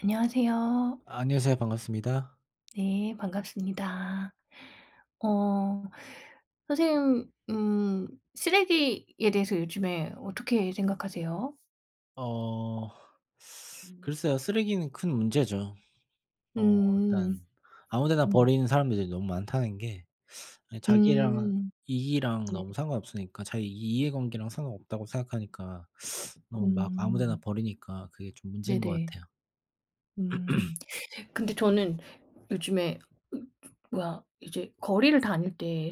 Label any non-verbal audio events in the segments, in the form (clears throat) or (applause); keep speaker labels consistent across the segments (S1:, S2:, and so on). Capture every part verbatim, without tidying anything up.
S1: 안녕하세요.
S2: 안녕하세요. 반갑습니다.
S1: 네, 반갑습니다. 어, 선생님, 음, 쓰레기에 대해서 요즘에 어떻게 생각하세요?
S2: 어
S1: 음.
S2: 글쎄요. 쓰레기는 큰 문제죠. 어
S1: 음,
S2: 일단 아무 데나
S1: 음.
S2: 버리는 사람들이 너무 많다는 게 예 자기랑
S1: 음,
S2: 이익이랑
S1: 네,
S2: 너무 상관없으니까 자기 이해관계랑 상관없다고 생각하니까 너무 막 아무 데나
S1: 음,
S2: 버리니까 그게 좀 문제인 것
S1: 네네,
S2: 같아요.
S1: 음. 근데 저는 요즘에, 으, 뭐야, 이제 거리를 다닐 때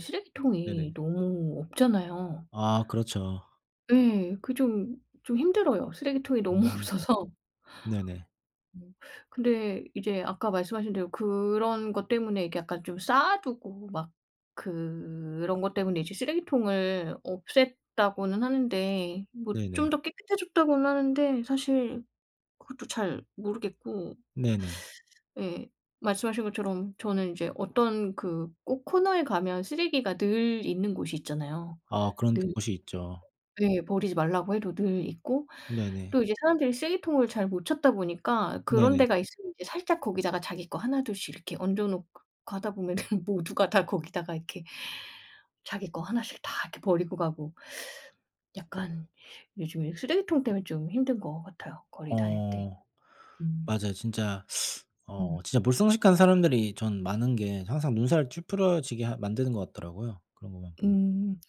S2: 네네.
S1: 쓰레기통이 너무 없잖아요.
S2: 아 그렇죠.
S1: 네, 그 좀, 좀 힘들어요. 쓰레기통이 너무 (laughs)
S2: 음
S1: 없어서.
S2: 네네.
S1: 음. 근데 이제 아까 말씀하신 대로 그런 것 때문에 이게 약간 좀 쌓아 두고 막 그런 것 때문에 이제 쓰레기통을 없앴다고는 하는데 뭐
S2: 네네.
S1: 좀 더 깨끗해졌다고는 하는데 사실 그것도 잘 모르겠고.
S2: 네네.
S1: 예. 말씀하신 것처럼 저는 이제 어떤 그 꼭 코너에 가면 쓰레기가 늘 있는 곳이 있잖아요.
S2: 아 그런
S1: 늘.
S2: 곳이 있죠.
S1: 예. 버리지 말라고 해도 늘 있고,
S2: 네네.
S1: 또 이제 사람들이 쓰레기통을 잘 못 찾다 보니까 그런
S2: 네네.
S1: 데가 있으면 이제 살짝 거기다가 자기 거 하나둘씩 이렇게 얹어 놓고 가다 보면은 (laughs) 모두가 다 거기다가 이렇게 자기 거 하나씩 다 이렇게 버리고 가고, 약간 요즘에 쓰레기통 때문에 좀 힘든 것 같아요, 거리 다닐 때.
S2: 어.
S1: 음.
S2: 맞아요. 진짜
S1: 음.
S2: 어 진짜 몰상식한 사람들이 전 많은 게 항상 눈살 찌푸려지게 하 만드는 것 같더라고요, 그런 것만 보면.
S1: 음.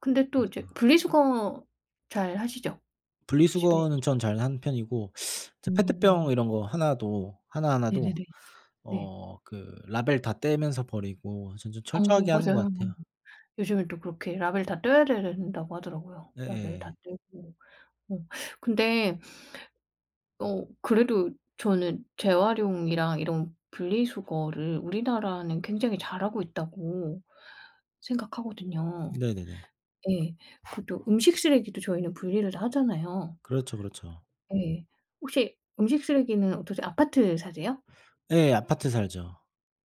S1: 근데 또
S2: 그래서
S1: 이제 분리수거 잘 하시죠? 집에.
S2: 분리수거는 전 잘하는 편이고 이제 페트병
S1: 음.
S2: 이런 거 하나도 하나하나도
S1: 네네네. 네.
S2: 어 그 라벨 다 떼면서 버리고 전 좀
S1: 어,
S2: 철저하게 하는 것
S1: 맞아요.
S2: 같아요.
S1: 요즘엔 또 그렇게 라벨 다 떼야 된다고 하더라고요. 라벨
S2: 예예.
S1: 다 떼고, 어 근데 어 그래도 저는 재활용이랑 이런 분리수거를 우리나라는 굉장히 잘하고 있다고 생각하거든요.
S2: 네네네.
S1: 예. 그것도 음식 쓰레기도 저희는 분리를 다 하잖아요.
S2: 그렇죠, 그렇죠.
S1: 예. 혹시 음식 쓰레기는 어떠세요? 아파트 사세요?
S2: 예. 예. 아파트 살죠.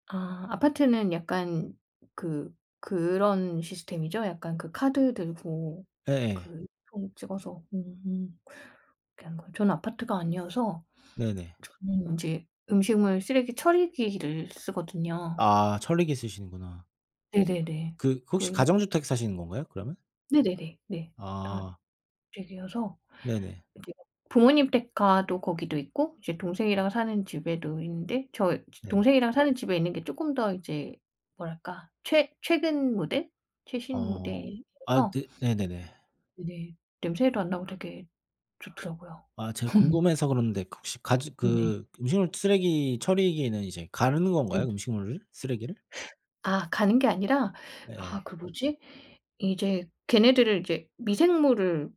S1: 아, 아파트는 약간 그, 그런 시스템이죠? 약간 그 카드 들고,
S2: 예예.
S1: 그 통 찍어서. 음. 음. 그런 거 저는 아파트가 아니어서
S2: 네네.
S1: 음. 인제 음식물 쓰레기 처리기를 쓰거든요.
S2: 아 철리기 쓰시는구나.
S1: 네네네.
S2: 그 혹시
S1: 그래서
S2: 가정주택 사시는 건가요, 그러면?
S1: 네네네. 네. 다
S2: 아
S1: 집기여서
S2: 네네.
S1: 이제 부모님 댁 가도 거기도 있고, 이제 동생이랑 사는 집에도 있는데, 저
S2: 네네.
S1: 동생이랑 사는 집에 있는 게 쪼끔 더 이제, 뭐랄까, 최 최근 모델? 최신
S2: 어. 아
S1: 모델이어서
S2: 네 네네네.
S1: 네네 냄새도 안 나고 되게 좋더라고요.
S2: 아 제가 궁금해서 그러는데 그 혹시 가지
S1: 네 네 네.
S2: 그 음식물 쓰레기 처리기에는 이제 가르는
S1: 네.
S2: 건가요? 음식물을? 쓰레기를?
S1: 아, 가는 게 아니라,
S2: 예.
S1: 아, 그, 음. 뭐지? 이제 걔네들을 이제 미생물을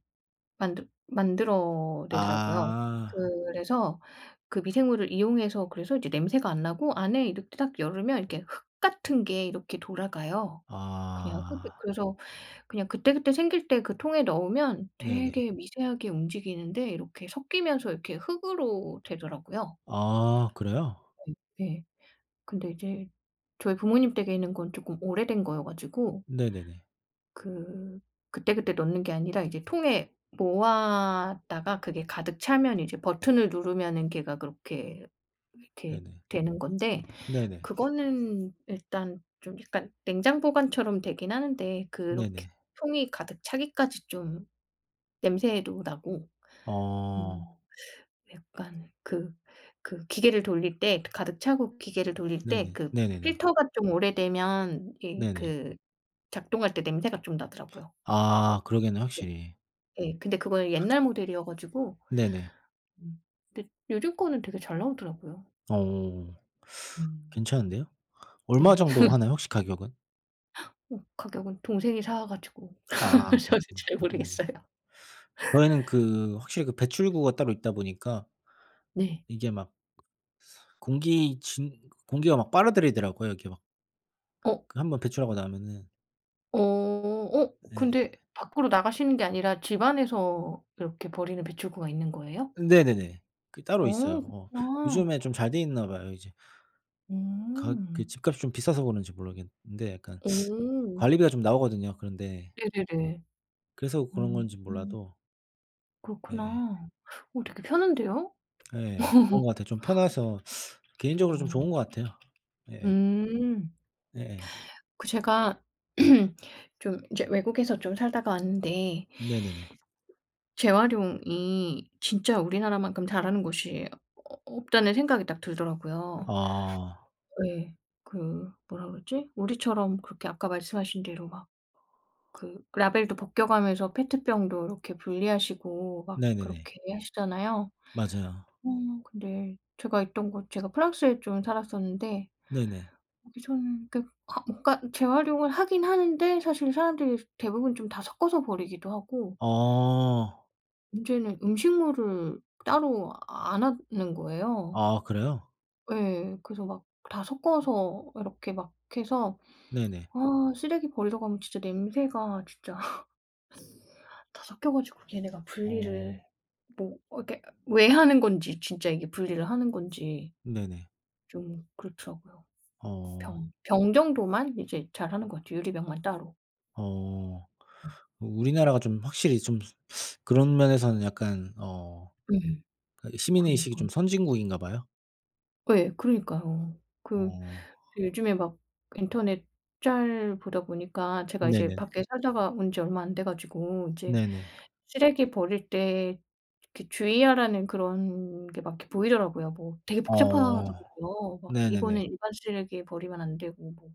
S1: 만들 만들어내더라고요.
S2: 아.
S1: 그래서 그 미생물을 이용해서, 그래서 이제 냄새가 안 나고 안에 이렇게 딱 열으면 이렇게 흙 같은 게 이렇게 돌아가요. 그냥 흙이.
S2: 아.
S1: 그래서 그냥 그때그때 생길 때 그 통에 넣으면
S2: 네네.
S1: 되게 미세하게 움직이는데 이렇게 섞이면서 이렇게 흙으로 되더라고요.
S2: 아 그래요?
S1: 네, 근데 이제 저희 부모님 댁에 있는 건 쪼끔 오래된 거여 가지고,
S2: 네네네.
S1: 그 그때그때 넣는 게 아니라 이제 통에 모았다가 그게 가득 차면 이제 버튼을 누르면은 걔가 그렇게 이렇게
S2: 네네.
S1: 되는 건데,
S2: 네네.
S1: 그거는 일단 좀 약간 냉장 보관처럼 되긴 하는데, 그렇게
S2: 네네.
S1: 통이 가득 차기까지 좀 냄새도 나고.
S2: 어.
S1: 음. 약간 그, 그 기계를 돌릴 때, 가득 차고 기계를 돌릴 때
S2: 네네.
S1: 그
S2: 네네네.
S1: 필터가 좀 오래되면 이,
S2: 네네.
S1: 그 작동할 때 냄새가 좀 나더라고요.
S2: 아 그러겠네요 확실히.
S1: 예. 근데 그거는 옛날 모델이어 가지고.
S2: 네네.
S1: 음. 근데 요즘 거는 되게 잘 나오더라고요.
S2: 어.
S1: 음.
S2: 괜찮은데요? 얼마
S1: 네.
S2: 정도 하나요 혹시 가격은?
S1: 어, 가격은 동생이 사 가지고 저는
S2: 아. 그렇구나.
S1: (laughs) 잘
S2: 네네.
S1: 모르겠어요.
S2: 저희는 그 확실히 그 배출구가 따로 있다 보니까
S1: 네.
S2: 이게 막 공기 진 공기가 막 빨아들이더라고요. 이렇게 막
S1: 어.
S2: 그 한 번 배출하고 나면은.
S1: 어. 어,
S2: 예예.
S1: 근데 밖으로 나가시는 게 아니라 집 안에서 이렇게 버리는 배출구가 있는 거예요?
S2: 네네네. 그 따로
S1: 어,
S2: 있어요. 어.
S1: 그렇구나.
S2: 요즘에 좀 잘 돼 있나 봐요. 이제 가 그
S1: 음.
S2: 집값이 좀 비싸서 그런지 모르겠는데 약간
S1: 오.
S2: 관리비가 좀 나오거든요. 그런데
S1: 네네네.
S2: 그래서 그런
S1: 음.
S2: 건지 몰라도 예예.
S1: 그렇구나. 어, 되게 편한데요?
S2: 예. 예, 예. 그런
S1: (laughs)
S2: 것 같아요. 좀 편해서 개인적으로 좀
S1: 어.
S2: 좋은 것 같아요. 예예.
S1: 음.
S2: 예예.
S1: 그 제가 (clears throat) 좀 이제 외국에서 좀 살다가 왔는데,
S2: 네네네.
S1: 재활용이 진짜 우리나라만큼 잘하는 곳이 어 없다는 생각이 딱 들더라고요.
S2: 아.
S1: 네, 그, 뭐라 그러지? 우리처럼 그렇게 아까 말씀하신 대로 막 그 라벨도 벗겨가면서 페트병도 이렇게 분리하시고 막
S2: 네네네.
S1: 그렇게 하시잖아요.
S2: 맞아요.
S1: 어, 근데 제가 있던 곳, 제가 프랑스에 좀 살았었는데,
S2: 네네.
S1: 기 저는 그, 아, 뭔가 재활용을 하긴 하는데 사실 사람들이 대부분 좀 다 섞어서 버리기도 하고,
S2: 어.
S1: 문제는 음식물을 따로 안 하는 거예요.
S2: 아 그래요?
S1: 예. 그래서 막 다 섞어서 이렇게 막 해서,
S2: 네네.
S1: 아, 쓰레기 버리러 가면 진짜 냄새가 진짜 (laughs) 다 섞여 가지고, 얘네가
S2: 어
S1: 분리를 뭐, 어 이렇게 왜 하는 건지, 진짜 이게 분리를 하는 건지
S2: 네네.
S1: 좀 그렇더라고요.
S2: 어
S1: 병 병 정도만 이제 잘하는 것 같아요, 유리병만 따로.
S2: 어. 우리나라가 좀 확실히 좀 그런 면에서는 약간 어
S1: 예.
S2: 그 시민 의식이
S1: 그러니까.
S2: 좀 선진국인가 봐요.
S1: 예. 그러니까요. 그
S2: 어
S1: 요즘에 막 인터넷 짤 보다 보니까 제가 이제
S2: 네네네.
S1: 밖에 살다가 온지 얼마 안 돼 가지고 이제
S2: 네네.
S1: 쓰레기 버릴 때 이렇게 주의하라는 그런 게 막 이렇게 보이더라고요. 뭐 되게
S2: 어
S1: 복잡하더라고요. 막
S2: 네네네.
S1: 이거는 일반 쓰레기에 버리면 안 되고, 뭐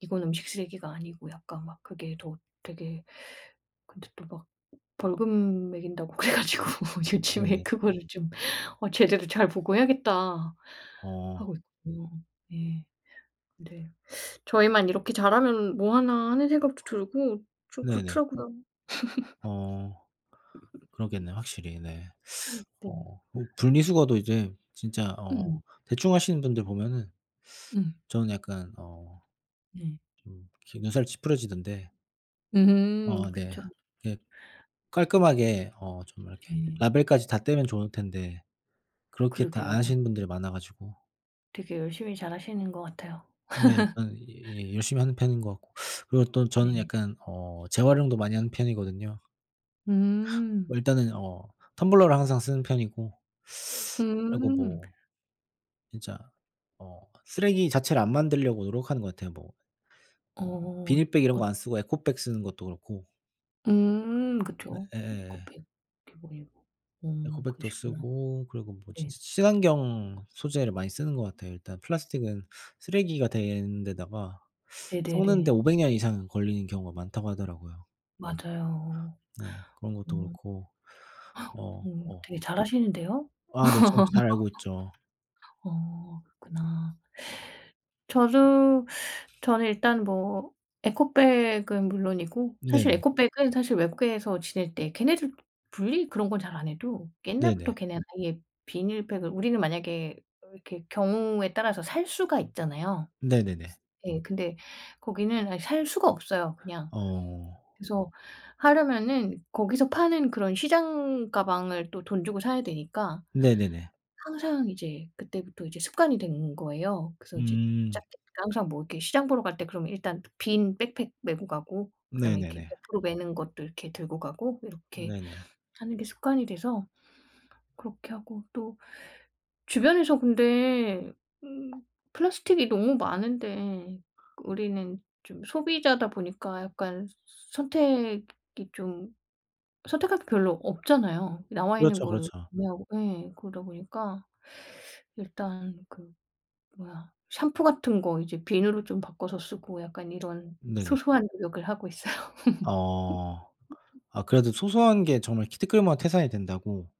S1: 이건 음식 쓰레기가 아니고, 약간 막 그게 더 되게, 근데 또 막 벌금 매긴다고 (laughs) 그래 가지고 요즘에, 음.
S2: 네네.
S1: 그거를 좀, 어 '제대로 잘 보고 해야겠다.'
S2: 어
S1: 하고 있거든요. 예. 근데 저희만 이렇게 잘하면 뭐 하나 하는 생각도 들고, 좀
S2: 네네.
S1: 그렇더라고요.
S2: 어 그러겠네요 확실히. 네.
S1: 네.
S2: 어 뭐 분리수거도 이제 진짜 어
S1: 음.
S2: 대충 하시는 분들 보면은
S1: 음.
S2: 저는 약간 어
S1: 네.
S2: 좀 이렇게 눈살 찌푸려지던데
S1: 음.
S2: 어 네.
S1: 그쵸.
S2: 예 깔끔하게 어 좀 이렇게
S1: 네.
S2: 라벨까지 다 떼면 좋을 텐데 그렇게 다 안
S1: 그러게요.
S2: 하시는 분들이 많아 가지고
S1: 되게 열심히 잘하시는 것 같아요.
S2: 네 저는 예 예 열심히 하는 편인 것 같고 그리고 또 저는
S1: 네.
S2: 약간 어 재활용도 많이 하는 편이거든요.
S1: 음.
S2: 뭐 일단은 어 텀블러를 항상 쓰는 편이고 그리고
S1: 음.
S2: 뭐 진짜 어 쓰레기 자체를 안 만들려고 노력하는 것 같아요. 뭐 어
S1: 어.
S2: 비닐백 이런
S1: 어.
S2: 거 안 쓰고 에코백 쓰는 것도 그렇고.
S1: 음.
S2: 예
S1: 그쵸. 이거 이거
S2: 예예.
S1: 빼, 이게 뭐이고. 어,
S2: 에코백도
S1: 그러시구나.
S2: 쓰고 그리고 뭐
S1: 네.
S2: 진짜 친환경 소재를 많이 쓰는 것 같아요. 일단 플라스틱은 쓰레기가 되는 데다가 썩는데
S1: 네네네.
S2: 오백 년 이상 걸리는 경우가 많다고 하더라고요.
S1: 맞아요.
S2: 네. 그런 것도
S1: 음.
S2: 그렇고 어
S1: 음,
S2: 어.
S1: 되게 잘하시는데요.
S2: 아 네. 전 잘 알고 있죠.
S1: 어, 그렇구나. 저도, 저는 일단 뭐, 에코백은 물론이고, 사실
S2: 네네.
S1: 에코백은 사실 외국에서 지낼 때 걔네들 분리 그런 건 잘 안 해도
S2: 네네.
S1: 옛날부터 걔네는 아예 비닐팩을, 우리는 만약에 이렇게 경우에 따라서 살 수가 있잖아요.
S2: 네네네.
S1: 예. 근데 거기는 아예 살 수가 없어요 그냥.
S2: 어.
S1: 그래서 하려면은 거기서 파는 그런 시장 가방을 또 돈 주고 사야 되니까
S2: 네네네.
S1: 항상 이제 그때부터 이제 습관이 된 거예요. 그래서 이제
S2: 음.
S1: 자켓 항상 뭐 이렇게 시장 보러 갈 때 그러면, 일단 빈 백팩 메고 가고, 그다음에 이렇게
S2: 네네네.
S1: 옆으로 매는 것도 이렇게 들고 가고, 이렇게
S2: 네네.
S1: 하는 게 습관이 돼서 그렇게 하고, 또 주변에서, 근데 음 플라스틱이 너무 많은데, 우리는 좀 소비자다 보니까 약간 선택이 좀, 선택할 게 별로 없잖아요. 나와 있는
S2: 그렇죠,
S1: 거를
S2: 그렇죠.
S1: 구매하고. 예. 그러다 보니까 일단 그, 뭐야, 샴푸 같은 거 이제 비누로 좀 바꿔서 쓰고, 약간 이런
S2: 네네.
S1: 소소한 노력을 하고 있어요. (laughs)
S2: 어. 아 그래도 소소한 게 정말 키트끌모 태산이 된다고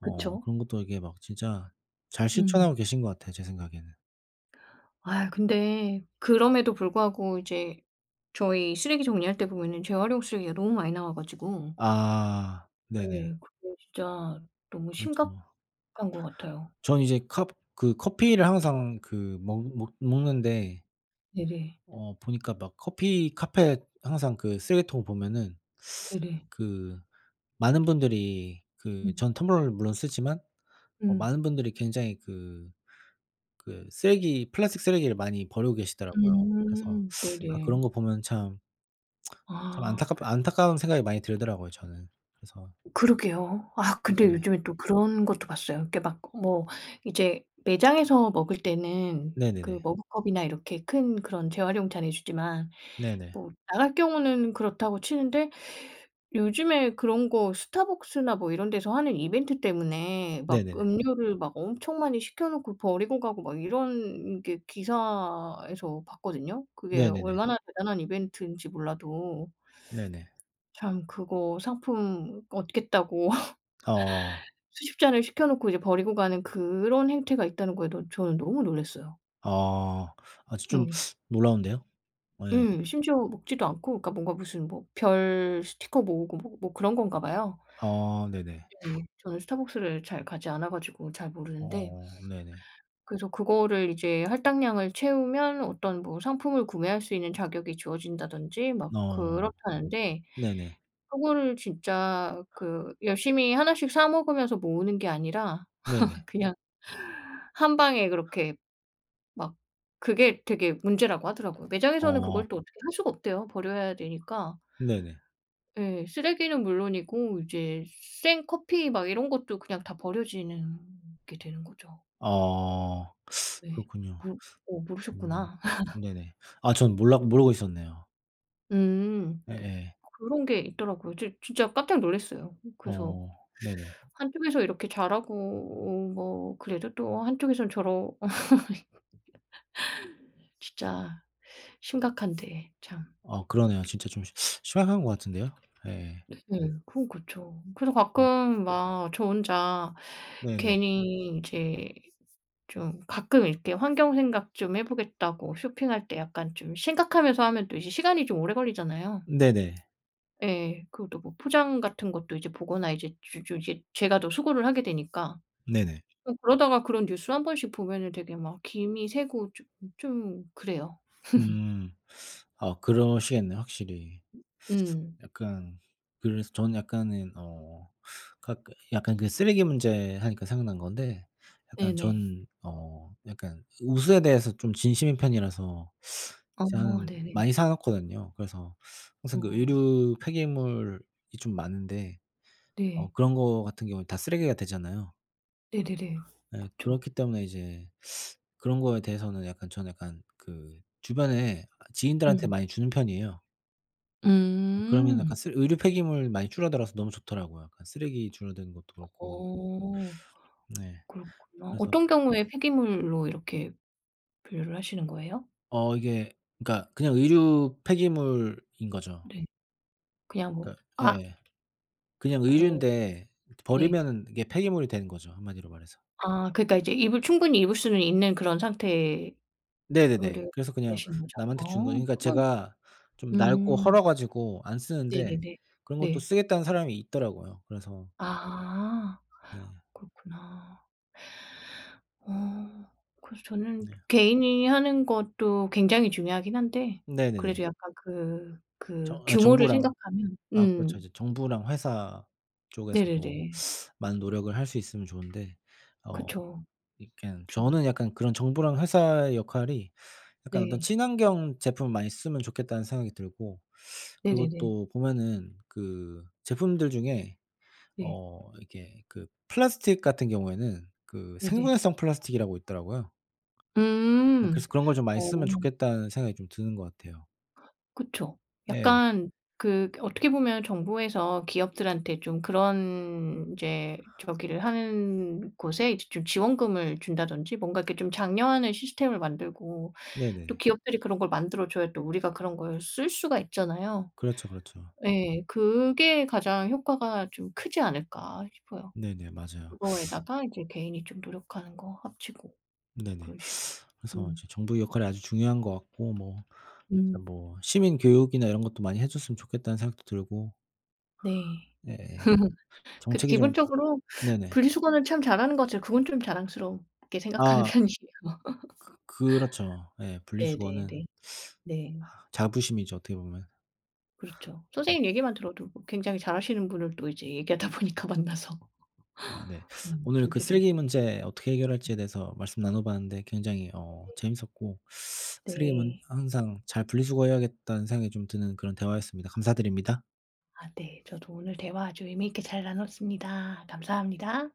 S2: 어
S1: 그쵸.
S2: 그런 것도 이게 막 진짜 잘 실천하고
S1: 음.
S2: 계신 것 같아요 제 생각에는.
S1: 아, 근데 그럼에도 불구하고 이제 저희 쓰레기 정리할 때 보면은 재활용 쓰레기가 너무 많이 나와 가지고,
S2: 아 네네.
S1: 예, 그게 진짜 너무
S2: 그렇죠.
S1: 심각한 것 같아요.
S2: 전 이제 컵 그 커피를 항상 그 먹 먹 먹는데
S1: 네네.
S2: 어 보니까 막 커피 카페 항상 그 쓰레기통 보면은
S1: 네네.
S2: 그 많은 분들이 그
S1: 음.
S2: 전 텀블러를 물론 쓰지만 어
S1: 음.
S2: 많은 분들이 굉장히 그 그 쓰레기 플라스틱 쓰레기를 많이 버리고 계시더라고요. 그래서
S1: 음.
S2: 아 그런
S1: 네네.
S2: 거 보면 참 참
S1: 아.
S2: 안타깝 안타까운 생각이 많이 들더라고요 저는. 그래서
S1: 그러게요. 아, 근데
S2: 네.
S1: 요즘에 또 그런 것도 봤어요. 이렇게 막 뭐 이제 매장에서 먹을 때는
S2: 네네네.
S1: 그 머그컵이나 이렇게 큰 그런 재활용 잔 해 주지만
S2: 네네.
S1: 뭐 나갈 경우는 그렇다고 치는데, 요즘에 그런 거 스타벅스나 뭐 이런 데서 하는 이벤트 때문에 막
S2: 네네네.
S1: 음료를 막 엄청 많이 시켜 놓고 버리고 가고 막 이런 게 기사에서 봤거든요. 그게
S2: 네네네.
S1: 얼마나 대단한 이벤트인지 몰라도,
S2: 네네.
S1: 참 그거 상품 얻겠다고
S2: 어어.
S1: 수십 잔을 시켜 놓고 이제 버리고 가는 그런 행태가 있다는 거에 너 저는 너무 놀랐어요.
S2: 어. 아 아주 좀
S1: 예.
S2: 놀라운데요? 예.
S1: 예. 심지어 먹지도 않고, 그러니까 뭔가 무슨 뭐 별 스티커 모으고 뭐 뭐 그런 건가 봐요.
S2: 아 네네.
S1: 예. 저는 스타벅스를 잘 가지 않아 가지고 잘 모르는데,
S2: 어 네네.
S1: 그래서 그거를 이제 할당량을 채우면 어떤 뭐 상품을 구매할 수 있는 자격이 주어진다든지 막
S2: 어.
S1: 그렇다는데,
S2: 네네.
S1: 그거를 진짜 그 열심히 하나씩 사 먹으면서 모으는 게 아니라
S2: 네네.
S1: 그냥 한 방에 그렇게 막, 그게 되게 문제라고 하더라고요. 매장에서는
S2: 어
S1: 그걸 또 음. 어떻게 할 수가 없대요. 버려야 되니까.
S2: 네네.
S1: 예. 쓰레기는 물론이고, 이제 생 커피 막 이런 것도 그냥 다 버려지는 게 되는 거죠.
S2: 아
S1: 네.
S2: 그렇군요.
S1: 모 어
S2: 음.
S1: 모르셨구나. (laughs)
S2: 네네. 아 전 몰라 모르고 있었네요.
S1: 음.
S2: 예예.
S1: 그런 게 있더라고요. 저 진짜 깜짝 놀랐어요. 그래서
S2: 어 네네.
S1: 한쪽에서 이렇게 잘하고 뭐 그래도 또 한쪽에선 저러 어 진짜 심각한데 참.
S2: 아 그러네요. 진짜 좀 심 심각한 것 같은데요? 예예.
S1: 네. 그건 그쵸. 그래서
S2: 예.
S1: 가끔 막 저 혼자
S2: 네네.
S1: 괜히 이제 좀 가끔 이렇게 환경 생각 좀 해 보겠다고 쇼핑할 때 약간 좀 생각하면서 하면 또 이제 시간이 좀 오래 걸리잖아요.
S2: 네네.
S1: 예. 그리고 또 뭐 포장 같은 것도 이제 보거나 이제 주 주 이제 제가 더 수고를 하게 되니까.
S2: 네네.
S1: 어, 그러다가 그런 뉴스 한 번씩 보면은 되게 막 김이 새고 좀, 좀 그래요.
S2: 음. 아 그러시겠네요 확실히.
S1: 음.
S2: 약간 그래서 저는 약간은 어 각 약간 그 쓰레기 문제 하니까 생각난 건데 약간
S1: 네네.
S2: 전 어 약간 옷에 대해서 좀 진심인 편이라서
S1: 어.
S2: 진짜 한
S1: 네네.
S2: 많이 사 놓거든요. 그래서 항상 그
S1: 어.
S2: 의류 폐기물이 좀 많은데 어
S1: 네.
S2: 그런 거 같은 경우에 다 쓰레기가 되잖아요.
S1: 네네네.
S2: 예
S1: 그쵸.
S2: 그렇기 때문에 이제 그런 거에 대해서는 약간 저는 약간 그 주변에 아 지인들한테
S1: 음.
S2: 많이 주는 편이에요. 어 그러면 약간
S1: 음.
S2: 쓰 의류 폐기물 많이 줄어들어서 너무 좋더라고요. 약간 쓰레기 줄어드는 것도 그렇고.
S1: 어,
S2: 네.
S1: 그렇구나.
S2: 그래서
S1: 어떤 경우에 폐기물로 이렇게 분류를 하시는 거예요?
S2: 어 이게 그러니까 그냥 의류 폐기물인 거죠.
S1: 네. 그냥 뭐,
S2: 그러니까
S1: 아,
S2: 예. 그냥
S1: 어,
S2: 의류인데
S1: 네.
S2: 버리면은 이게 폐기물이 되는 거죠, 한마디로 말해서.
S1: 아, 그러니까 이제 입을 충분히 입을 수는 있는 그런 상태의
S2: 네네네. 그래서 그냥
S1: 얘기하시는 거죠?
S2: 남한테 주는 거예요.
S1: 어,
S2: 그러니까
S1: 그건
S2: 제가 좀 낡고
S1: 음.
S2: 헐어 가지고 안 쓰는데
S1: 네네네.
S2: 그런 것도
S1: 네.
S2: 쓰겠다는 사람이 있더라고요. 그래서
S1: 아,
S2: 네.
S1: 그렇구나. 어, 그래서 저는
S2: 네.
S1: 개인이 하는 것도 굉장히 중요하긴 한데,
S2: 네네네.
S1: 그래도 약간 그,
S2: 정
S1: 그
S2: 아
S1: 규모를
S2: 정부랑
S1: 생각하면
S2: 아 그렇죠.
S1: 음.
S2: 이제 정부랑 회사 쪽에서도
S1: 네네네.
S2: 많은 노력을 할 수 있으면 좋은데 어
S1: 그쵸.
S2: 이렇게
S1: 좀.
S2: 저는 약간 그런 정부랑 회사의 역할이 약간 어떤
S1: 네.
S2: '친환경 제품을 많이 쓰면 좋겠다.'는 생각이 들고 그리고
S1: 네네네.
S2: 또 보면은 그 제품들 중에
S1: 네.
S2: 어 이게 그 플라스틱 같은 경우에는 그
S1: 네네.
S2: 생분해성 플라스틱이라고 있더라고요. 네
S1: 음.
S2: 그래서 '그런 걸 좀 많이 쓰면
S1: 어,
S2: 좋겠다.'는 생각이 좀 드는 것 같아요.
S1: 그쵸.
S2: 예.
S1: 약간 그, 어떻게 보면 정부에서 기업들한테 좀 그런, 인제 저기를 하는 곳에 이제 좀 지원금을 준다든지 뭔가 이렇게 좀 장려하는 시스템을 만들고, 또
S2: 네네.
S1: 기업들이 그런 걸 만들어 줘야 또 우리가 그런 걸 쓸 수가 있잖아요.
S2: 그렇죠, 그렇죠.
S1: 예. 그게 가장 효과가 좀 크지 않을까 싶어요.
S2: 네네. 맞아요.
S1: 그거에다가 이제 개인이 좀 노력하는 거 합치고.
S2: 네네.
S1: 그런 식으로.
S2: 그래서
S1: 음.
S2: 이제 정부의 역할이 아주 중요한 것 같고 뭐 진짜
S1: 음.
S2: 뭐 시민 교육이나 이런 것도 많이 해 줬으면 좋겠다는 생각도 들고
S1: 네.
S2: 예예.
S1: 그래서
S2: 정책이 좀 (unintelligible)
S1: 기본적으로
S2: 네네.
S1: 분리수거는 참 잘하는 것 같아요. 그건 좀 자랑스럽게 생각하는
S2: 아
S1: (laughs) 편이에요.
S2: 그렇죠. 예. 분리수거는
S1: 네네네. 네.
S2: 자부심이죠 어떻게 보면.
S1: 그렇죠.
S2: 음.
S1: 선생님 얘기만 들어도 뭐 굉장히 잘하시는 분을 또 이제 얘기하다 보니까 (laughs) 만나서,
S2: 아 네.
S1: 음,
S2: 오늘 그
S1: 전체적인.
S2: 쓰레기 문제 어떻게 해결할지에 대해서 말씀 나눠 봤는데 굉장히 어 재밌었고 쓰레기는
S1: 네.
S2: 항상 잘 분리수거해야겠다는 생각이 좀 드는 그런 대화였습니다. 감사드립니다.
S1: 아, 네. 저도 오늘 대화 아주 의미 있게 잘 나눴습니다. 감사합니다.